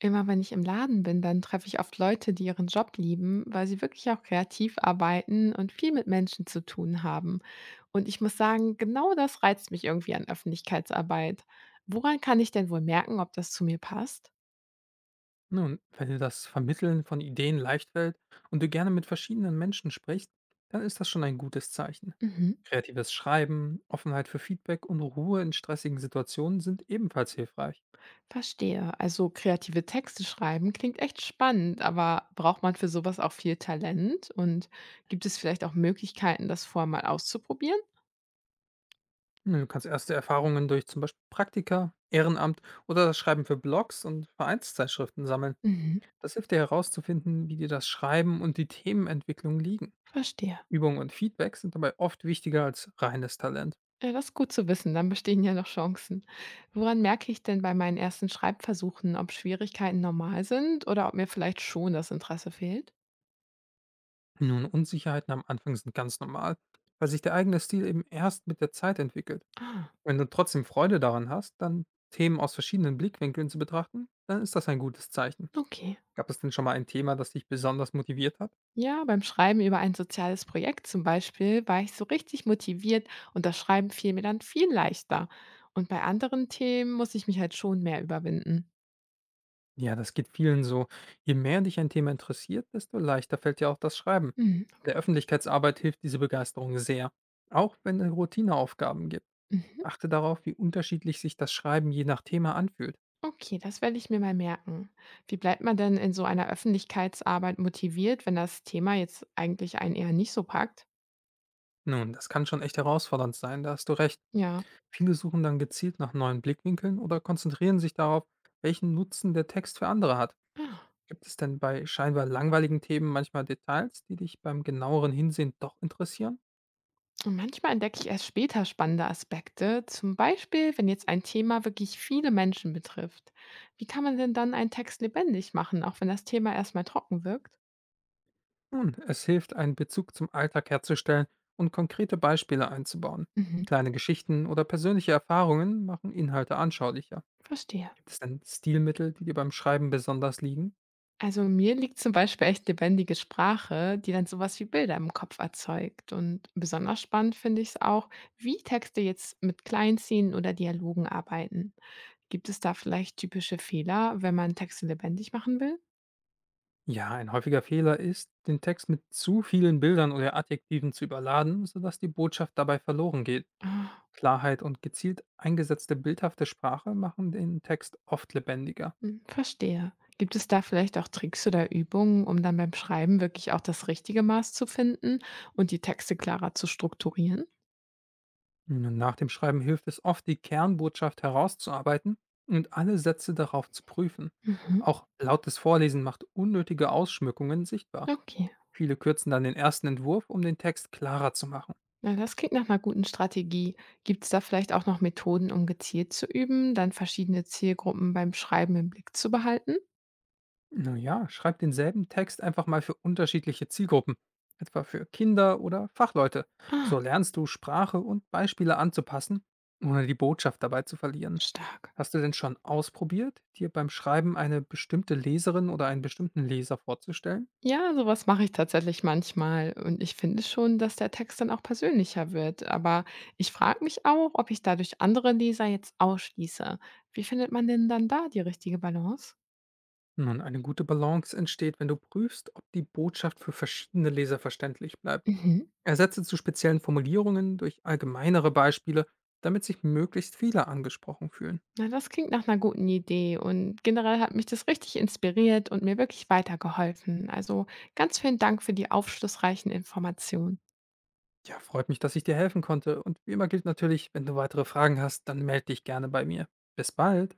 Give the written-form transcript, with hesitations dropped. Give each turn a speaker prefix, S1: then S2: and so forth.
S1: Immer wenn ich im Laden bin, dann treffe ich oft Leute, die ihren Job lieben, weil sie wirklich auch kreativ arbeiten und viel mit Menschen zu tun haben. Und ich muss sagen, genau das reizt mich irgendwie an Öffentlichkeitsarbeit. Woran kann ich denn wohl merken, ob das zu mir passt?
S2: Nun, wenn dir das Vermitteln von Ideen leicht fällt und du gerne mit verschiedenen Menschen sprichst, dann ist das schon ein gutes Zeichen.
S1: Mhm.
S2: Kreatives Schreiben, Offenheit für Feedback und Ruhe in stressigen Situationen sind ebenfalls hilfreich.
S1: Verstehe. Also kreative Texte schreiben klingt echt spannend, aber braucht man für sowas auch viel Talent? Und gibt es vielleicht auch Möglichkeiten, das vorher mal auszuprobieren?
S2: Nun, du kannst erste Erfahrungen durch zum Beispiel Praktika, Ehrenamt oder das Schreiben für Blogs und Vereinszeitschriften sammeln.
S1: Mhm.
S2: Das hilft dir herauszufinden, wie dir das Schreiben und die Themenentwicklung liegen.
S1: Verstehe.
S2: Übung und Feedback sind dabei oft wichtiger als reines Talent.
S1: Ja, das ist gut zu wissen, dann bestehen ja noch Chancen. Woran merke ich denn bei meinen ersten Schreibversuchen, ob Schwierigkeiten normal sind oder ob mir vielleicht schon das Interesse fehlt?
S2: Nun, Unsicherheiten am Anfang sind ganz normal, weil sich der eigene Stil eben erst mit der Zeit entwickelt.
S1: Ah,
S2: Wenn du trotzdem Freude daran hast, dann Themen aus verschiedenen Blickwinkeln zu betrachten, dann ist das ein gutes Zeichen.
S1: okay.
S2: Gab es denn schon mal ein Thema, das dich besonders motiviert hat?
S1: Ja, beim Schreiben über ein soziales Projekt zum Beispiel war ich so richtig motiviert und das Schreiben fiel mir dann viel leichter. Und bei anderen Themen muss ich mich halt schon mehr überwinden.
S2: Ja, das geht vielen so. Je mehr dich ein Thema interessiert, desto leichter fällt dir auch das Schreiben.
S1: Hm.
S2: In der Öffentlichkeitsarbeit hilft diese Begeisterung sehr, auch wenn es Routineaufgaben gibt.
S1: Mhm.
S2: Achte darauf, wie unterschiedlich sich das Schreiben je nach Thema anfühlt.
S1: Okay, das werde ich mir mal merken. Wie bleibt man denn in so einer Öffentlichkeitsarbeit motiviert, wenn das Thema jetzt eigentlich einen eher nicht so packt?
S2: Nun, das kann schon echt herausfordernd sein, da hast du recht.
S1: Ja.
S2: Viele suchen dann gezielt nach neuen Blickwinkeln oder konzentrieren sich darauf, welchen Nutzen der Text für andere hat. Gibt es denn bei scheinbar langweiligen Themen manchmal Details, die dich beim genaueren Hinsehen doch interessieren?
S1: Und manchmal entdecke ich erst später spannende Aspekte, zum Beispiel, wenn jetzt ein Thema wirklich viele Menschen betrifft. Wie kann man denn dann einen Text lebendig machen, auch wenn das Thema erstmal trocken wirkt?
S2: Nun, es hilft, einen Bezug zum Alltag herzustellen und konkrete Beispiele einzubauen.
S1: Mhm.
S2: Kleine Geschichten oder persönliche Erfahrungen machen Inhalte anschaulicher.
S1: Verstehe.
S2: Gibt es denn Stilmittel, die dir beim Schreiben besonders liegen?
S1: Also mir liegt zum Beispiel echt lebendige Sprache, die dann sowas wie Bilder im Kopf erzeugt. Und besonders spannend finde ich es auch, wie Texte jetzt mit Kleinszenen oder Dialogen arbeiten. Gibt es da vielleicht typische Fehler, wenn man Texte lebendig machen will?
S2: Ja, ein häufiger Fehler ist, den Text mit zu vielen Bildern oder Adjektiven zu überladen, sodass die Botschaft dabei verloren geht. Klarheit und gezielt eingesetzte bildhafte Sprache machen den Text oft lebendiger.
S1: Mhm, verstehe. Gibt es da vielleicht auch Tricks oder Übungen, um dann beim Schreiben wirklich auch das richtige Maß zu finden und die Texte klarer zu strukturieren?
S2: Nun, nach dem Schreiben hilft es oft, die Kernbotschaft herauszuarbeiten und alle Sätze darauf zu prüfen.
S1: Mhm.
S2: Auch lautes Vorlesen macht unnötige Ausschmückungen sichtbar.
S1: Okay.
S2: Viele kürzen dann den ersten Entwurf, um den Text klarer zu machen.
S1: Na, das klingt nach einer guten Strategie. Gibt es da vielleicht auch noch Methoden, um gezielt zu üben, dann verschiedene Zielgruppen beim Schreiben im Blick zu behalten?
S2: Naja, schreib denselben Text einfach mal für unterschiedliche Zielgruppen, etwa für Kinder oder Fachleute. So lernst du Sprache und Beispiele anzupassen, ohne die Botschaft dabei zu verlieren.
S1: Stark.
S2: Hast du denn schon ausprobiert, dir beim Schreiben eine bestimmte Leserin oder einen bestimmten Leser vorzustellen?
S1: Ja, sowas mache ich tatsächlich manchmal und ich finde schon, dass der Text dann auch persönlicher wird. Aber ich frage mich auch, ob ich dadurch andere Leser jetzt ausschließe. Wie findet man denn dann da die richtige Balance?
S2: Nun, eine gute Balance entsteht, wenn du prüfst, ob die Botschaft für verschiedene Leser verständlich bleibt.
S1: Mhm.
S2: Ersetze zu speziellen Formulierungen durch allgemeinere Beispiele, damit sich möglichst viele angesprochen fühlen.
S1: Na, das klingt nach einer guten Idee und generell hat mich das richtig inspiriert und mir wirklich weitergeholfen. Also ganz vielen Dank für die aufschlussreichen Informationen.
S2: Ja, freut mich, dass ich dir helfen konnte. Und wie immer gilt natürlich, wenn du weitere Fragen hast, dann melde dich gerne bei mir. Bis bald.